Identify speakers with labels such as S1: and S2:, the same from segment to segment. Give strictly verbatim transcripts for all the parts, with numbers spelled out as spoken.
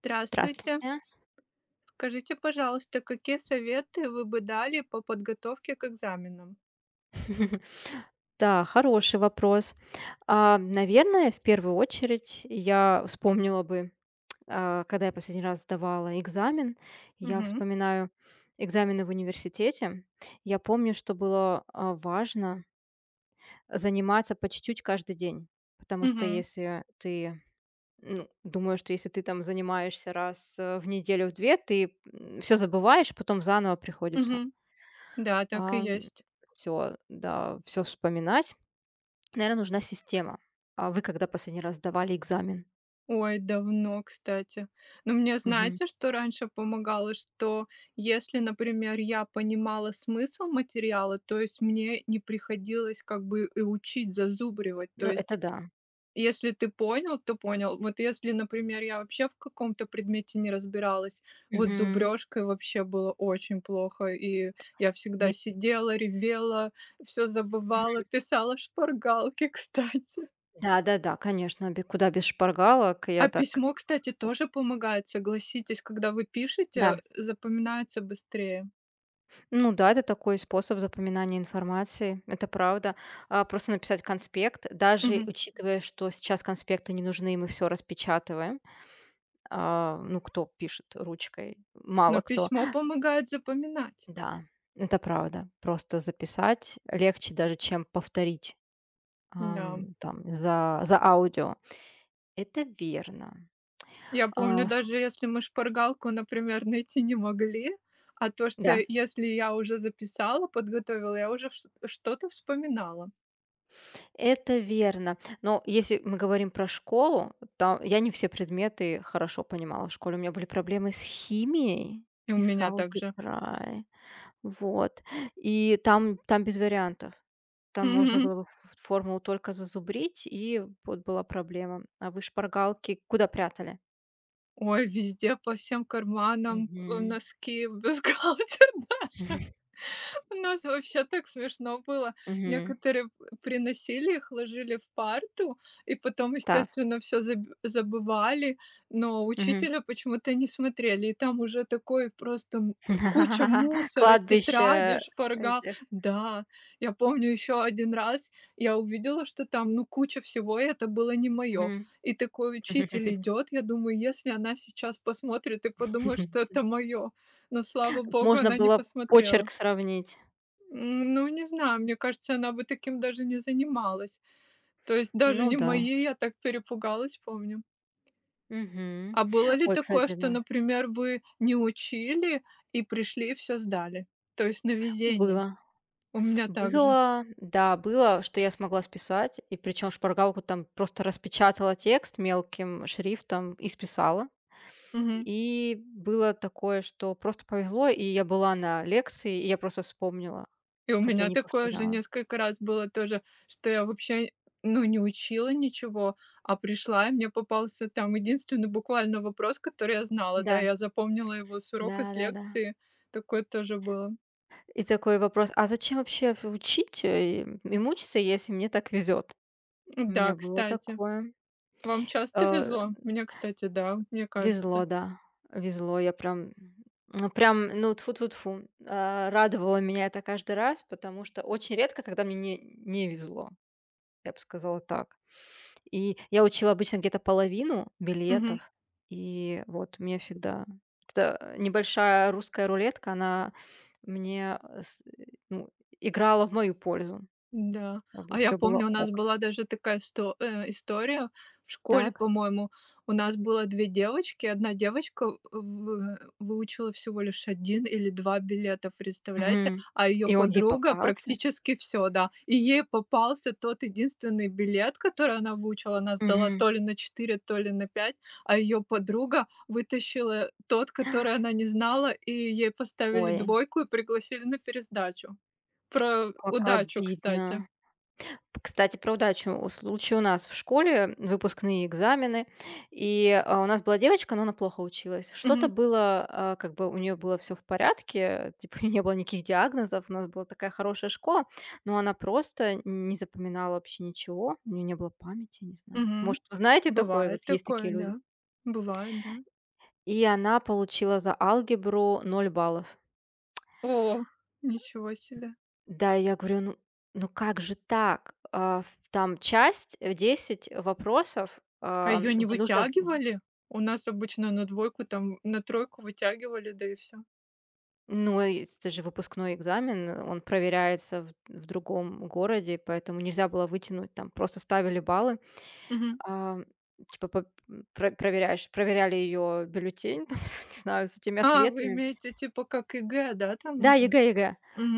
S1: Здравствуйте.
S2: Здравствуйте.
S1: Скажите, пожалуйста, какие советы вы бы дали по подготовке к экзаменам?
S2: Да, хороший вопрос. А, наверное, в первую очередь я вспомнила бы, а, когда я последний раз сдавала экзамен. Я
S1: Мгм.
S2: вспоминаю экзамены в университете. Я помню, что было, а, важно заниматься по чуть-чуть каждый день, потому что
S1: Мгм.
S2: если ты ну, думаю, что если ты там занимаешься раз, э, в неделю, в два, ты, все забываешь, потом заново приходится,
S1: Мгм. Да, так и
S2: все,
S1: есть.
S2: да, все вспоминать. Наверное, нужна система. А вы когда последний раз сдавали экзамен?
S1: Ой, давно, кстати. Но мне
S2: Мгм.
S1: знаете, что раньше помогало? Что если, например, я понимала смысл материала, то есть мне не приходилось как бы и учить, зазубривать. То
S2: Ну, это
S1: есть
S2: да.
S1: если ты понял, то понял. Вот если, например, я вообще в каком-то предмете не разбиралась, вот с
S2: Мгм.
S1: зубрежкой вообще было очень плохо, и я
S2: Ве
S1: всегда сидела, ревела, все
S2: мгм.
S1: забывала, писала шпаргалки, кстати.
S2: Да-да-да, конечно, бе куда без шпаргалок. Я
S1: А
S2: так.
S1: письмо, кстати, тоже помогает, согласитесь, когда вы пишете,
S2: Да.
S1: запоминается быстрее.
S2: Ну да, это такой способ запоминания информации, это правда. А, просто написать конспект, даже
S1: Мгм.
S2: учитывая, что сейчас конспекты не нужны, мы все распечатываем. А, ну, кто пишет ручкой?
S1: Но
S2: Мало кто.
S1: письмо помогает запоминать.
S2: Да, это правда. Просто записать легче даже, чем повторить.
S1: Да.
S2: Ам, там за за аудио. Это верно.
S1: Я помню,
S2: А, с
S1: даже если мы шпаргалку, например, найти не могли, а то, что
S2: да,
S1: если я уже записала, подготовила, я уже вш что-то вспоминала.
S2: это верно. Но если мы говорим про школу, там я не все предметы хорошо понимала в школе. У меня были проблемы с химией
S1: И у
S2: и с
S1: меня также.
S2: алгеброй. Вот. И там там без вариантов. Там можно
S1: Мгм.
S2: было бы ф формулу только зазубрить, и вот была проблема. А вы шпаргалки куда прятали?
S1: Ой, везде, по всем карманам, э,
S2: Мгм.
S1: носки, бюстгальтер даже. У нас вообще так смешно было.
S2: Мгм.
S1: Некоторые п приносили их, ложили в парту, и потом,
S2: Так.
S1: естественно, все забывали, но
S2: Мгм.
S1: учителя почему-то не смотрели. И там уже такой просто м куча мусора, тетради,
S2: Кладбище
S1: шпаргал.
S2: этих.
S1: Да, я помню, еще один раз я увидела, что там, ну, куча всего, и это было не мое.
S2: Мгм.
S1: И такой учитель идет, я думаю, если она сейчас посмотрит и подумает, что это мое. Но, слава богу,
S2: Можно
S1: она не
S2: было
S1: посмотрела.
S2: почерк сравнить.
S1: М, ну, не знаю, мне кажется, она бы таким даже не занималась. То есть даже
S2: Ну
S1: не
S2: да.
S1: моей я так перепугалась, помню.
S2: Мгм.
S1: А было ли
S2: Ой,
S1: такое,
S2: кстати,
S1: что,
S2: да.
S1: например, вы не учили и пришли и все сдали? То есть на везение.
S2: Было.
S1: У меня также.
S2: Было, да, было, что я смогла списать, и причем шпаргалку там просто распечатала текст мелким шрифтом и списала.
S1: Мгм.
S2: И было такое, что просто повезло, и я была на лекции, и я просто вспомнила,
S1: И у
S2: хотя
S1: меня
S2: не
S1: такое же
S2: повторяла.
S1: несколько раз было тоже, что я вообще, ну, не учила ничего, а пришла, и мне попался там единственный буквально вопрос, который я знала. Да,
S2: Да,
S1: я запомнила его с урока, с
S2: да-да-да.
S1: лекции. Такое тоже было.
S2: И такой вопрос: "А зачем вообще в учить, э, и мучиться, если мне так везет?" У
S1: Да,
S2: меня было
S1: кстати.
S2: такое.
S1: Вам часто
S2: Э,
S1: везло? Мне, кстати, да, мне
S2: везло,
S1: кажется.
S2: да, везло. Я прям, ну, прям, ну, тфу-тфу-тфу, э, радовало меня это каждый раз, потому что очень редко, когда мне не не везло, я бы сказала так. И я учила обычно где-то половину
S1: Мгм.
S2: билетов, и вот мне всегда эта небольшая русская рулетка, она мне э, с э, ну, играла в мою пользу.
S1: Да.
S2: Как бы
S1: А я
S2: все было
S1: помню, у нас
S2: ок.
S1: была даже такая сто э, история в школе,
S2: Так.
S1: по-моему. У нас было две девочки. Одна девочка в выучила всего лишь один или два билета, представляете?
S2: Мгм.
S1: А ее
S2: И он ей
S1: подруга
S2: попался?
S1: практически все, да. И ей попался тот единственный билет, который она выучила. Она сдала
S2: Мгм.
S1: то ли на четыре, то ли на пять, а ее подруга вытащила тот, который она не знала, и ей поставили
S2: Ой,
S1: двойку и пригласили на пересдачу. Про
S2: как
S1: удачу, кстати.
S2: обидно. Кстати, про удачу. У Случай у нас в школе, выпускные экзамены, и, а, у нас была девочка, но она плохо училась. Что-то
S1: Мгм,
S2: было, а, как бы у нее было все в порядке, типа не было никаких диагнозов, у нас была такая хорошая школа, но она просто не запоминала вообще ничего, у нее не было памяти, не знаю.
S1: мгм.
S2: Может, вы знаете такое? Вот
S1: Бывает
S2: есть
S1: такое,
S2: такие люди?
S1: да. Бывает, да.
S2: И она получила за алгебру ноль баллов.
S1: О, ничего себе.
S2: Да, и я говорю: "Ну ну как же так?" А, в Там часть, э, десять вопросов,
S1: А
S2: а,
S1: ее не
S2: где нужно в
S1: вытягивали? У нас обычно на двойку, там на тройку вытягивали, да и все.
S2: ну, и это же выпускной экзамен, э, он проверяется в в другом городе, поэтому нельзя было вытянуть, там просто ставили баллы.
S1: Мгм.
S2: А, типа по м, про проверяешь проверяли ее бюллетень, там, не знаю, с этими
S1: А, вы
S2: ответами.
S1: имеете типа как ЕГЭ, да, там
S2: Да,
S1: уже?
S2: ЕГЭ
S1: Мгм.
S2: ЕГЭ.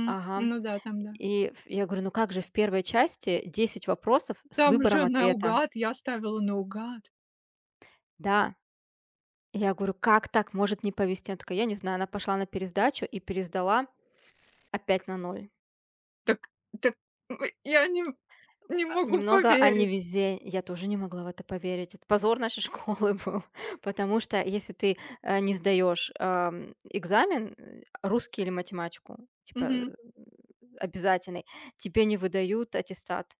S2: Ага.
S1: Ну да, там да.
S2: И ф Я говорю: "Ну как же, в первой части десять вопросов с
S1: Там
S2: выбором
S1: же
S2: ответа".
S1: наугад, я ставила наугад.
S2: Да. И я говорю: "Как так может не повезти?" Она такая: "Я не знаю". Она пошла на пересдачу и пересдала опять на ноль.
S1: Так так, м, я не не
S2: А,
S1: могу
S2: немного о
S1: поверить.
S2: невезе Я тоже не могла в это поверить. Это позор нашей школы был, потому что если ты, э, не сдаешь ам, экзамен, э, русский или математику, типа, э, обязательный, тебе не выдают аттестат.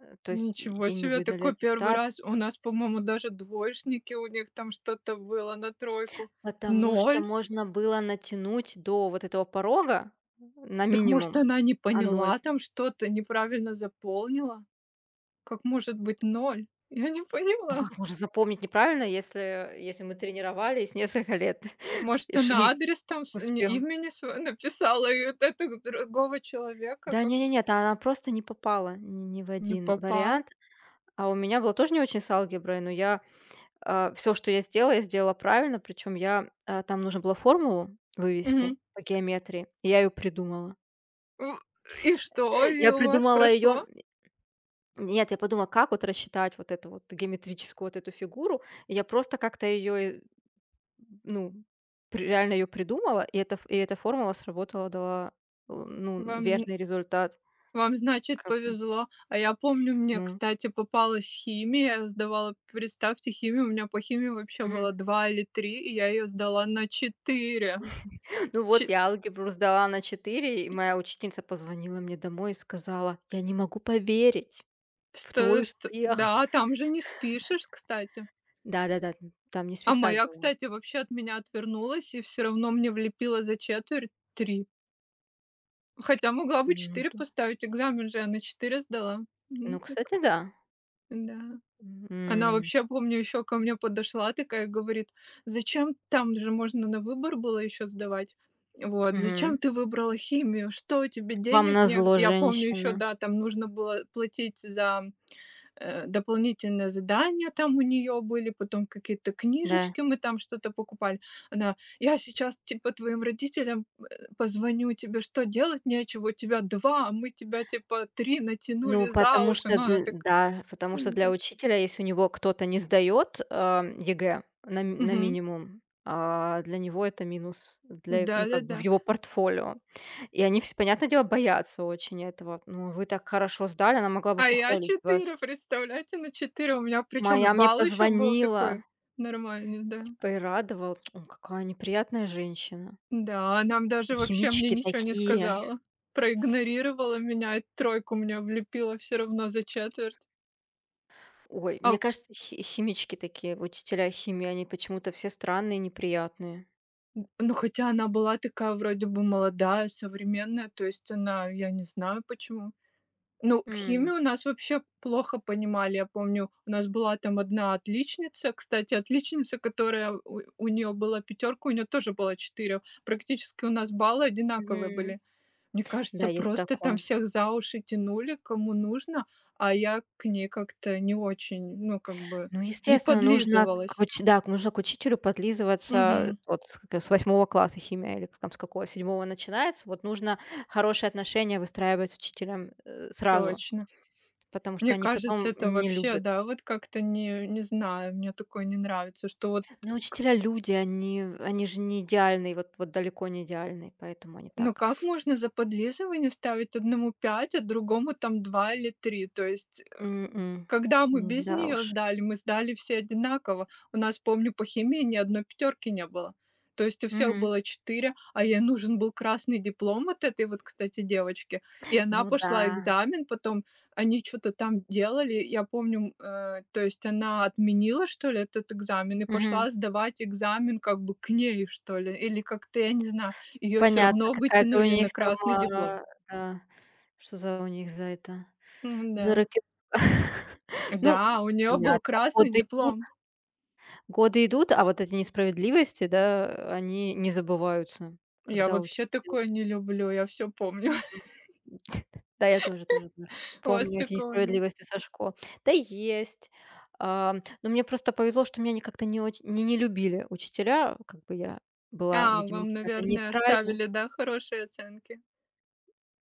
S2: Э, то есть
S1: Ничего
S2: ей не
S1: себе,
S2: выдали
S1: такой первый
S2: аттестат.
S1: раз. У нас, по-моему, даже двоечники, у них там что-то было на тройку.
S2: Потому что
S1: Ноль?
S2: можно было натянуть до вот этого порога на
S1: Так, может,
S2: минимум,
S1: она не
S2: а ноль.
S1: поняла там что-то, неправильно заполнила? Как может быть ноль? Я не
S2: Ну
S1: поняла.
S2: как можно запомнить неправильно, если если мы тренировались несколько лет
S1: Может,
S2: и
S1: она
S2: шли
S1: адрес там
S2: к
S1: с не
S2: успеху?
S1: имени сво написала, и вот этого другого человека
S2: Да не
S1: как
S2: не Нет, она просто не попала ни в
S1: не
S2: один
S1: попал?
S2: вариант. А у меня было тоже не очень с алгеброй, но я, все, что я сделала, я сделала правильно. Причем я, а, там нужно было формулу вывести
S1: Мгм.
S2: по геометрии, и я ее придумала.
S1: В И что? И
S2: Я
S1: у вас
S2: придумала ее.
S1: прошло?
S2: Нет, я подумала, как вот рассчитать вот эту вот геометрическую вот эту фигуру. И я просто как-то ее ну, при реально ее придумала, и эта ф и эта формула сработала, дала, э, ну,
S1: Вам
S2: верный результат.
S1: Вам, значит,
S2: Как бы,
S1: повезло. А я помню, мне,
S2: ну,
S1: кстати, попалась химия. Я сдавала, представьте, химию. У меня по химии вообще
S2: мгм.
S1: было два или три, и я ее сдала на четыре.
S2: Ну вот
S1: Чи
S2: я алгебру сдала на четыре, и моя учительница позвонила мне домой и сказала: "Я не могу поверить в
S1: что
S2: твой
S1: что
S2: успех".
S1: да, там же не спишешь, кстати.
S2: Да-да-да, там не
S1: А
S2: списать
S1: моя,
S2: было.
S1: кстати, вообще от меня отвернулась и все равно мне влепила за четверть три. Хотя могла бы
S2: Ну
S1: четыре
S2: да.
S1: поставить, экзамен же я на четыре сдала. Ну
S2: Ну,
S1: так
S2: кстати, да.
S1: да. Она
S2: М.
S1: вообще, помню, еще ко мне подошла такая, говорит: "Зачем?" Там же можно на выбор было еще сдавать. Вот.
S2: Мгм.
S1: "Зачем ты выбрала химию? Что, тебе
S2: Вам
S1: денег нет?"
S2: назло,
S1: Я помню еще,
S2: женщина.
S1: да, там нужно было платить за, э, дополнительные задания, там у нее были, потом какие-то
S2: Да.
S1: книжечки, мы там что-то покупали. Она: "Я сейчас, типа, твоим родителям, э, позвоню, тебе что, делать нечего? У тебя два, а мы тебя, типа, три
S2: Ну,
S1: натянули за
S2: потому
S1: уши".
S2: что
S1: Ну, она
S2: дл
S1: так,
S2: да, потому
S1: э,
S2: что для
S1: да.
S2: учителя, если у него кто-то не сдаёт, а, ЕГЭ на ми на минимум, а, для него это минус, для ну, как бы в
S1: Да-да-да.
S2: его портфолио. И они все, понятное дело, боятся очень этого. "Ну, вы так хорошо сдали, она могла бы
S1: А я
S2: похвалить вас".
S1: четыре, представляете, на четыре. У меня причем
S2: Моя мне
S1: балл еще был
S2: позвонила,
S1: такой нормальный, да.
S2: типа, и радовал. Ой, какая неприятная женщина.
S1: Да, нам даже вообще мне
S2: Химички
S1: ничего не
S2: такие.
S1: сказала. Проигнорировала меня и тройку мне влепила все равно за четверть.
S2: Ой,
S1: А,
S2: мне кажется, хи химички такие, учителя химии, они почему-то все странные, неприятные.
S1: н ну, хотя она была такая вроде бы молодая, современная, то есть она, я не знаю почему. Ну, химию у нас вообще плохо понимали. Я помню, у нас была там одна отличница, кстати, отличница, которая у нее была пятерка, у нее тоже было четыре. Практически у нас баллы одинаковые
S2: Мгм.
S1: были. Мне
S2: Да,
S1: кажется,
S2: есть
S1: просто там
S2: такое.
S1: всех за уши тянули, кому нужно, а я к ней как-то не очень, ну, как бы
S2: Ну,
S1: не
S2: естественно, нужно к
S1: подлизывалась.
S2: уч да, нужно к учителю подлизываться
S1: Мгм.
S2: вот с как с восьмого класса химия или там с какого, седьмого начинается. Вот нужно хорошие отношения выстраивать с учителем, э, сразу,
S1: Точно.
S2: потому что
S1: Мне
S2: они
S1: кажется,
S2: потом
S1: это
S2: не
S1: вообще,
S2: любят.
S1: да, вот как-то не не знаю, мне такое не нравится, что вот.
S2: Ну, учителя люди, они они же не идеальные, вот вот далеко не идеальные, поэтому они
S1: Ну
S2: так.
S1: как можно за подлизывание ставить одному пять, а другому там два или три. То есть,
S2: М, м.
S1: когда мы
S2: М,
S1: без
S2: да уж.
S1: нее сдали, мы сдали все одинаково. У нас, помню, по химии ни одной пятерки не было. То есть у всех
S2: Мгм.
S1: было четыре, а ей нужен был красный диплом вот этой вот, кстати, девочки. И она
S2: Ну
S1: пошла
S2: да.
S1: экзамен, потом они что то там делали. Я помню, э, то есть она отменила, что ли, этот экзамен и пошла сдавать экзамен как бы к ней, что ли, или как-то, я не знаю. Ее все
S2: Понятно,
S1: равно
S2: какая-то у
S1: вытянули на
S2: них там,
S1: красный диплом.
S2: а, да, что за у них за это,
S1: Да.
S2: за рокировка. Ну,
S1: Да, у нее был
S2: понятно,
S1: красный
S2: годы идут,
S1: диплом.
S2: годы идут, а вот эти несправедливости, да, они не забываются,
S1: Я
S2: когда учитель.
S1: вообще такое не люблю, я все помню.
S2: Мгм. Да, я тоже тоже тоже
S1: У вас
S2: помню эти
S1: такого нет?
S2: несправедливости со школ. Да, есть. Ам, но мне просто повезло, что меня ни как-то не оч не не любили учителя. Как бы я была,
S1: А,
S2: видимо,
S1: вам,
S2: какая-то
S1: наверное,
S2: нейтральная.
S1: ставили, да, хорошие оценки?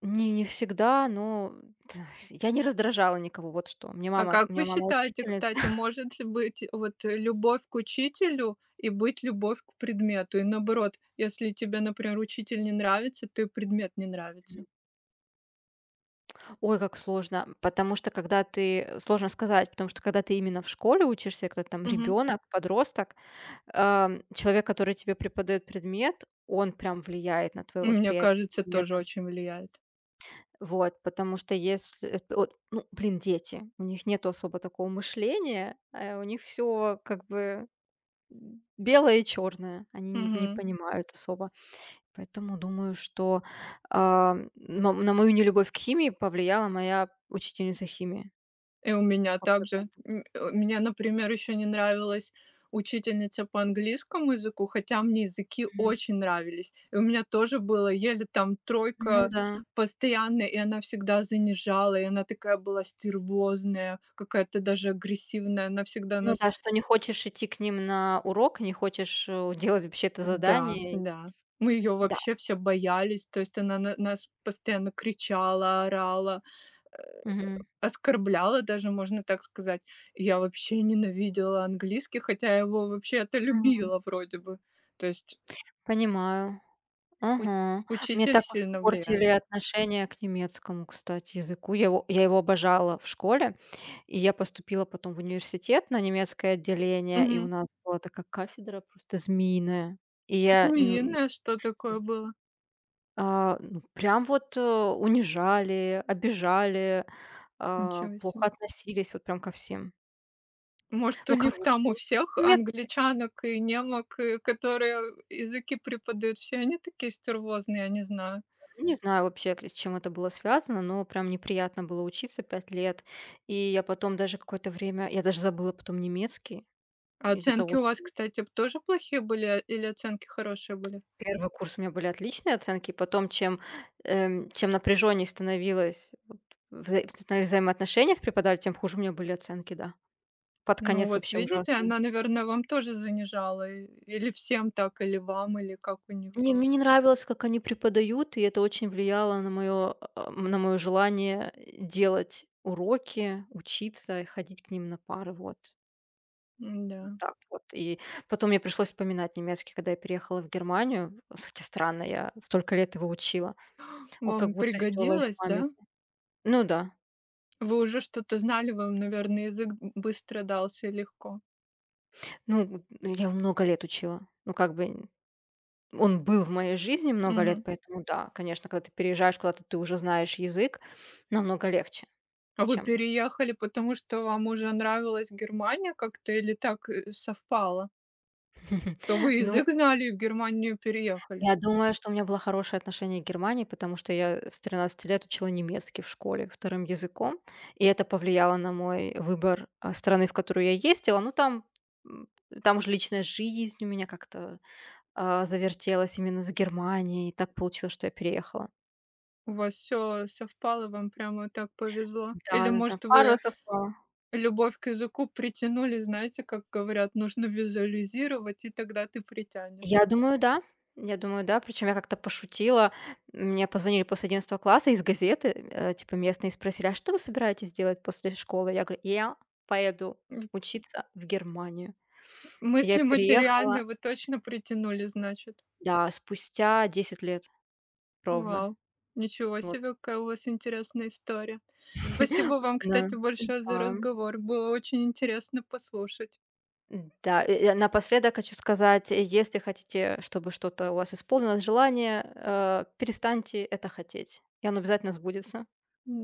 S2: Не не всегда, но т я не раздражала никого, вот что. Мне
S1: А
S2: мама У
S1: как
S2: меня
S1: вы
S2: мама
S1: считаете,
S2: учительница.
S1: кстати, может ли быть вот э, любовь к учителю и быть любовь к предмету? И наоборот, если тебе, например, учитель не нравится, то и предмет не нравится.
S2: Ой, как сложно, потому что когда ты, э, сложно сказать, потому что когда ты именно в школе учишься, когда ты там
S1: Мгм.
S2: ребенок, подросток, ам, человек, который тебе преподает предмет, он прям влияет на твоё
S1: Мне
S2: восприятие
S1: кажется, тоже
S2: предмета.
S1: очень влияет.
S2: Вот, потому что если эт от ну, блин, дети, у них нету особо такого мышления, э, у них всё как бы, м, белое и чёрное, они не не
S1: Мгм.
S2: понимают особо. Поэтому думаю, что, а, на на мою нелюбовь к химии повлияла моя учительница химии.
S1: И у меня
S2: сто
S1: также. М, э, мне, например, еще не нравилась учительница по английскому языку, хотя мне языки
S2: Мгм.
S1: очень нравились. И у меня тоже было еле там
S2: Ну
S1: тройка
S2: да.
S1: постоянная, и она всегда занижала, и она такая была стервозная, какая-то даже агрессивная. Она всегда
S2: Ну
S1: нас.
S2: да, что не хочешь идти к ним на урок, не хочешь, э, делать вообще это
S1: Да,
S2: задание.
S1: да. Мы ее
S2: Да.
S1: вообще все боялись, то есть она на нас постоянно кричала, орала.
S2: Мгм.
S1: Оскорбляла даже, можно так сказать. Я вообще ненавидела английский, хотя я его вообще-то
S2: Мгм.
S1: любила вроде бы. То есть
S2: Понимаю.
S1: у
S2: Мгм. Мне
S1: учитель
S2: так
S1: сильно
S2: испортили
S1: влияет.
S2: отношение к немецкому, кстати, языку. Я его я его обожала в школе, и я поступила потом в университет на немецкое отделение, и у
S1: Мгм.
S2: нас была такая кафедра просто змеиная. И я, ну,
S1: Змеиное что такое было?
S2: а, ну, прям вот, э, унижали, обижали, а,
S1: Ничего себе.
S2: плохо относились вот прям ко всем.
S1: Может, у
S2: Ну,
S1: них
S2: короче,
S1: там у всех
S2: немецкое.
S1: англичанок и немок, и которые языки преподают, все они такие стервозные, я не знаю.
S2: Ну, не знаю вообще, к- с чем это было связано, но прям неприятно было учиться пять лет. И я потом даже какое-то время, я даже забыла потом немецкий
S1: А
S2: из-за
S1: оценки
S2: того,
S1: у вас,
S2: что
S1: кстати, тоже плохие были, а, или оценки хорошие были?
S2: первый курс у меня были отличные оценки, и потом чем, эм, чем напряженнее становилось вот вза- становились взаимоотношения с преподавателем, тем хуже у меня были оценки, да. Под
S1: Ну
S2: конец
S1: вот
S2: вообще
S1: видите,
S2: ужасно.
S1: она, наверное, вам тоже занижала, и или всем так, или вам, или как у них
S2: Не,
S1: было.
S2: мне не нравилось, как они преподают, и это очень влияло на мое, на мое желание делать уроки, учиться, и ходить к ним на пары, вот.
S1: Да.
S2: Так вот. И потом мне пришлось вспоминать немецкий, когда я переехала в Германию. Кстати, странно, я столько лет его учила. Он как
S1: Вам
S2: будто стерло из
S1: пригодилось, да?
S2: памяти. Ну да.
S1: Вы уже что-то знали, вам, наверное, язык б быстро дался и легко.
S2: Ну, ну, я его много лет учила. Ну, как бы он был в моей жизни много лет,
S1: Мгм.
S2: поэтому да, конечно, когда ты переезжаешь куда-то, ты уже знаешь язык, намного легче,
S1: А вы
S2: чем.
S1: переехали, потому что вам уже нравилась Германия как-то или так, э, совпало? То вы
S2: Ну,
S1: язык знали и в Германию переехали.
S2: я думаю, что у меня было хорошее отношение к Германии, потому что я с тринадцати лет учила немецкий в школе вторым языком, и это повлияло на мой выбор, а, страны, в которую я ездила. Ну, там, м, там уже личная жизнь у меня как-то, а, завертелась именно с Германией. Так получилось, что я переехала.
S1: У вас все совпало, вам прямо так повезло?
S2: Да,
S1: Или,
S2: да, да,
S1: может,
S2: пара
S1: вы.
S2: совпала.
S1: Любовь к языку притянули, знаете, как говорят, нужно визуализировать, и тогда ты притянешь.
S2: Я
S1: Вот,
S2: думаю, да. Я думаю, да. Причем я как-то пошутила. Мне позвонили после одиннадцатого класса из газеты, э, типа местные, и спросили: "А что вы собираетесь делать после школы?" Я говорю: "Я поеду
S1: м,
S2: учиться в Германию". Я
S1: мысли
S2: переехала
S1: материальные вы точно
S2: с
S1: притянули, значит.
S2: Да, спустя десять лет ровно.
S1: Вау! Ничего
S2: Вот.
S1: себе, какая у вас интересная история. Спасибо вам,
S2: Да.
S1: кстати,
S2: И
S1: большое за
S2: пам
S1: разговор. Было очень интересно послушать.
S2: Да, э, э, напоследок хочу сказать, э, если хотите, чтобы что-то у вас исполнилось, желание, э, перестаньте это хотеть, и оно обязательно сбудется,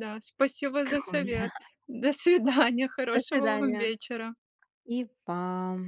S1: Да, спасибо
S2: как
S1: за
S2: у меня.
S1: совет. До свидания,
S2: До
S1: хорошего вам
S2: свидания.
S1: вечера.
S2: И вам.